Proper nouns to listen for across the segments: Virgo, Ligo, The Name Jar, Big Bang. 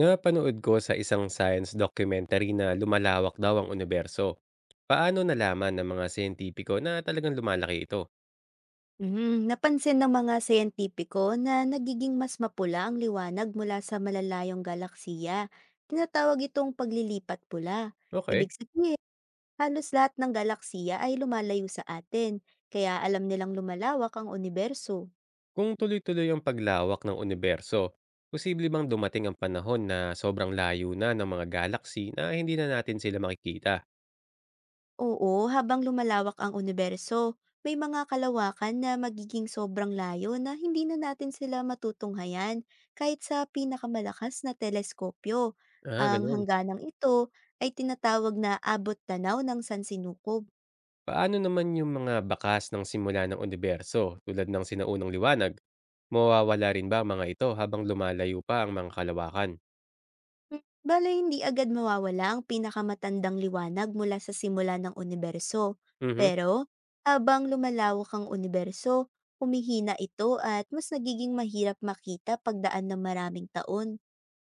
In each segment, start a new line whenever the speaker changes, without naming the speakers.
Napanood ko sa isang science documentary na lumalawak daw ang universo. Paano nalaman ng mga siyentipiko na talagang lumalaki ito?
Napansin ng mga siyentipiko na nagiging mas mapula ang liwanag mula sa malalayong galaksiya. Tinatawag itong paglilipat pula.
Okay.
Ibig sabihin, halos lahat ng galaksiya ay lumalayo sa atin, kaya alam nilang lumalawak ang universo.
Kung tuloy-tuloy ang paglawak ng universo, posible bang dumating ang panahon na sobrang layo na ng mga galaxy na hindi na natin sila makikita?
Oo, habang lumalawak ang universo, may mga kalawakan na magiging sobrang layo na hindi na natin sila matutunghayan kahit sa pinakamalakas na teleskopyo.
Ah,
Ang
ganun.
hangganang ito ay tinatawag na abot tanaw ng sansinukob.
Paano naman yung mga bakas ng simula ng universo tulad ng sinaunang liwanag? Mawawala rin ba ang mga ito habang lumalayo pa ang mga kalawakan?
Bale, hindi agad mawawala ang pinakamatandang liwanag mula sa simula ng universo.
Mhm.
Pero, habang lumalawak ang universo, humihina ito at mas nagiging mahirap makita pagdaan ng maraming taon.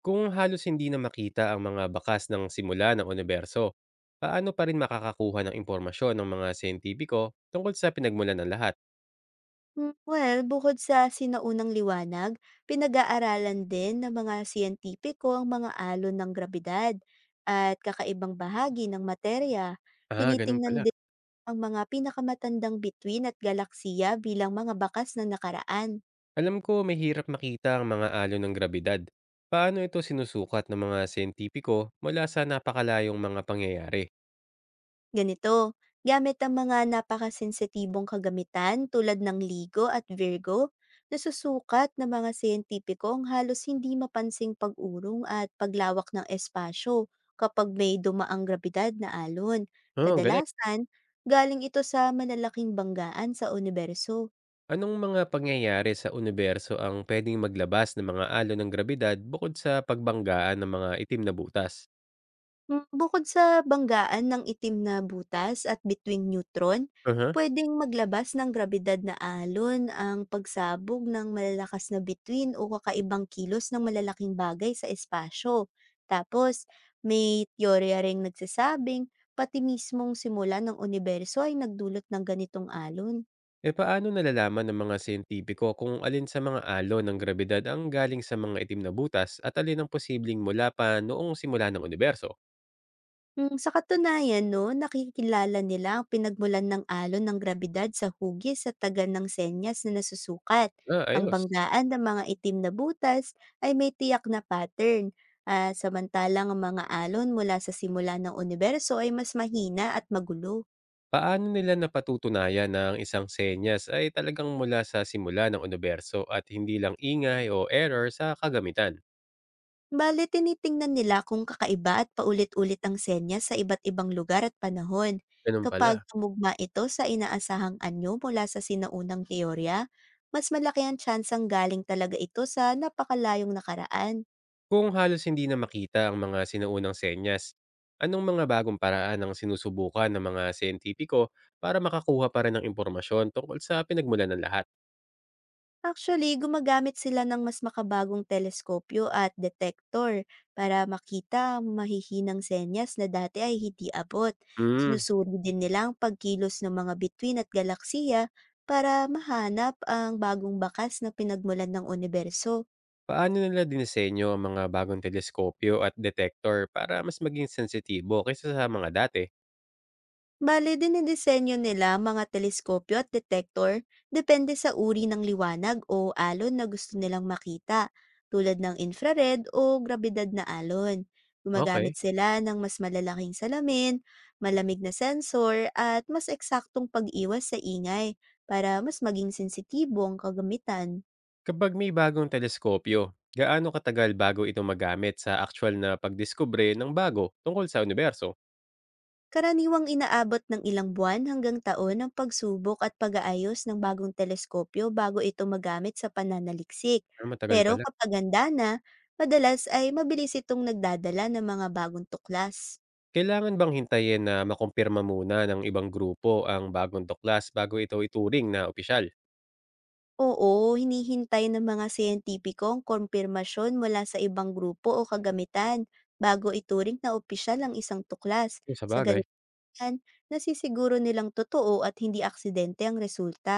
Kung halos hindi na makita ang mga bakas ng simula ng universo, paano pa rin makakakuha ng impormasyon ng mga siyentipiko tungkol sa pinagmulan ng lahat?
Well, bukod sa sinaunang liwanag, pinag-aaralan din ng mga siyentipiko ang mga alon ng grabidad at kakaibang bahagi ng materya.
Ah, ganun
Tinitingnan
pala.
din ang mga pinakamatandang bituin at galaksiya bilang mga bakas ng nakaraan.
Alam ko may hirap makita ang mga alon ng grabidad. Paano ito sinusukat ng mga siyentipiko mula sa napakalayong mga pangyayari?
Ganito, gamit ang mga napakasensitibong kagamitan tulad ng Ligo at Virgo, nasusukat ng mga siyentipiko ang halos hindi mapansing pag-urong at paglawak ng espasyo kapag may dumaang grabidad na alon.
Oh, ang galing.
Kadalasan, galing ito sa malalaking banggaan sa universo.
Anong mga pangyayari sa universo ang pwedeng maglabas ng mga alon ng grabidad bukod sa pagbanggaan ng mga itim na butas?
Bukod sa banggaan ng itim na butas at between neutron,
Uh-huh.
puwedeng maglabas ng grabidad na alon ang pagsabog ng malalakas na bituin o kakaibang kilos ng malalaking bagay sa espasyo. Tapos, may teorya ring nagsasabing pati mismong simula ng universo ay nagdulot ng ganitong alon.
Eh, paano nalalaman ng mga siyentipiko kung alin sa mga alon ng grabidad ang galing sa mga itim na butas at alin ang posibleng mula pa noong simula ng universo?
Sa katunayan 'no, nakikilala nila ang pinagmulan ng alon ng grabidad sa hugis sa taga ng senyas na nasusukat.
Ah,
Ang
ayos.
banggaan ng mga itim na butas ay may tiyak na pattern, samantalang ang mga alon mula sa simula ng universo ay mas mahina at magulo.
Paano nila napatutunayan na ang isang senyas ay talagang mula sa simula ng universo at hindi lang ingay o error sa kagamitan?
Bale, tinitingnan nila kung kakaiba at paulit-ulit ang senyas sa iba't ibang lugar at panahon.
Ganun
Kapag
pala.
tumugma ito sa inaasahang anyo mula sa sinaunang teorya, mas malaki ang tsansang galing talaga ito sa napakalayong nakaraan.
Kung halos hindi na makita ang mga sinaunang senyas, anong mga bagong paraan ang sinusubukan ng mga siyentipiko para makakuha pa rin ng impormasyon tungkol sa pinagmulan ng lahat?
Actually, gumagamit sila ng mas makabagong teleskopyo at detektor para makita ang mahihinang senyas na dati ay hindi abot.
Hmm.
Sinusuri din nila ang pagkilos ng mga bituin at galaksiya para mahanap ang bagong bakas na pinagmulan ng universo.
Paano nila dinisenyo ang mga bagong teleskopyo at detector para mas maging sensitibo kaysa sa mga dati?
Bale, dinidisenyo nila mga teleskopyo at detektor depende sa uri ng liwanag o alon na gusto nilang makita, tulad ng infrared o grabidad na alon. Gumagamit
Okay.
sila ng mas malalaking salamin, malamig na sensor, at mas eksaktong pag-iwas sa ingay para mas maging sensitibo ang kagamitan.
Kapag may bagong teleskopyo, gaano katagal bago ito magamit sa actual na pagdiskubre ng bago tungkol sa universo?
Karaniwang inaabot ng ilang buwan hanggang taon ang pagsubok at pag-aayos ng bagong teleskopyo bago ito magamit sa pananaliksik.
Ah, matagal
Pero
pala.
kapag handa na, madalas ay mabilis itong nagdadala ng mga bagong tuklas.
Kailangan bang hintayin na makumpirma muna ng ibang grupo ang bagong tuklas bago ito ituring na opisyal?
Oo, hinihintay ng mga siyentipiko ang kumpirmasyon mula sa ibang grupo o kagamitan bago ituring na opisyal ang isang tuklas.
Kung sa
Sa
bagay.
ganyan, nasisiguro nilang totoo at hindi aksidente ang resulta.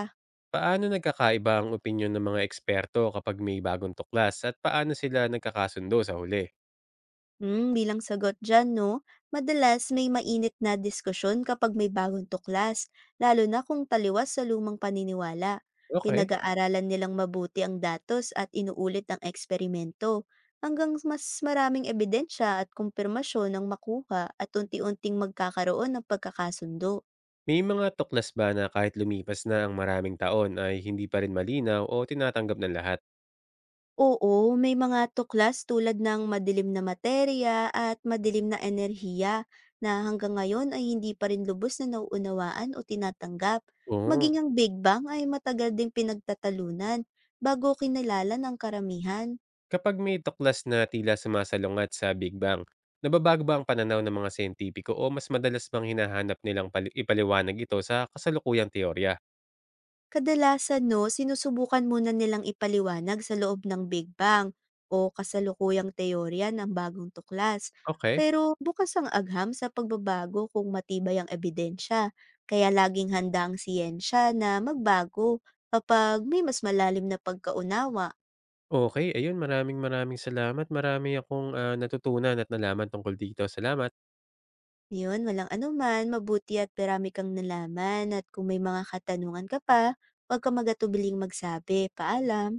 Paano nagkakaiba ang opinyon ng mga eksperto kapag may bagong tuklas at paano sila nagkakasundo sa huli?
Bilang sagot dyan, no? Madalas may mainit na diskusyon kapag may bagong tuklas, lalo na kung taliwas sa lumang paniniwala.
Okay.
Pinag-aaralan nilang mabuti ang datos at inuulit ang eksperimento hanggang mas maraming ebidensya at kumpirmasyon ang makuha at unti-unting magkakaroon ng pagkakasundo.
May mga tuklas ba na kahit lumipas na ang maraming taon ay hindi pa rin malinaw o tinatanggap ng lahat?
Oo, may mga tuklas tulad ng madilim na materya at madilim na enerhiya na hanggang ngayon ay hindi pa rin lubos na nauunawaan o tinatanggap. Maging
Oo.
ang Big Bang ay matagal ding pinagtatalunan bago kinilala ng karamihan.
Kapag may tuklas na tila sumasalungat sa Big Bang, nababago ba ang pananaw ng mga sentipiko o mas madalas bang hinahanap nilang ipaliwanag ito sa kasalukuyang teorya?
Kadalasan 'no, sinusubukan muna nilang ipaliwanag sa loob ng Big Bang o kasalukuyang teorya ng bagong tuklas.
Okay.
Pero bukas ang agham sa pagbabago kung matibay ang ebidensya. Kaya laging handa ang siyensya na magbago kapag may mas malalim na pagkaunawa.
Okay, ayun, maraming maraming salamat. Marami akong natutunan at nalaman tungkol dito. Salamat.
Yun, walang anuman, mabuti at marami kang nalaman at kung may mga katanungan ka pa, huwag kang magatubiling magsabi. Paalam.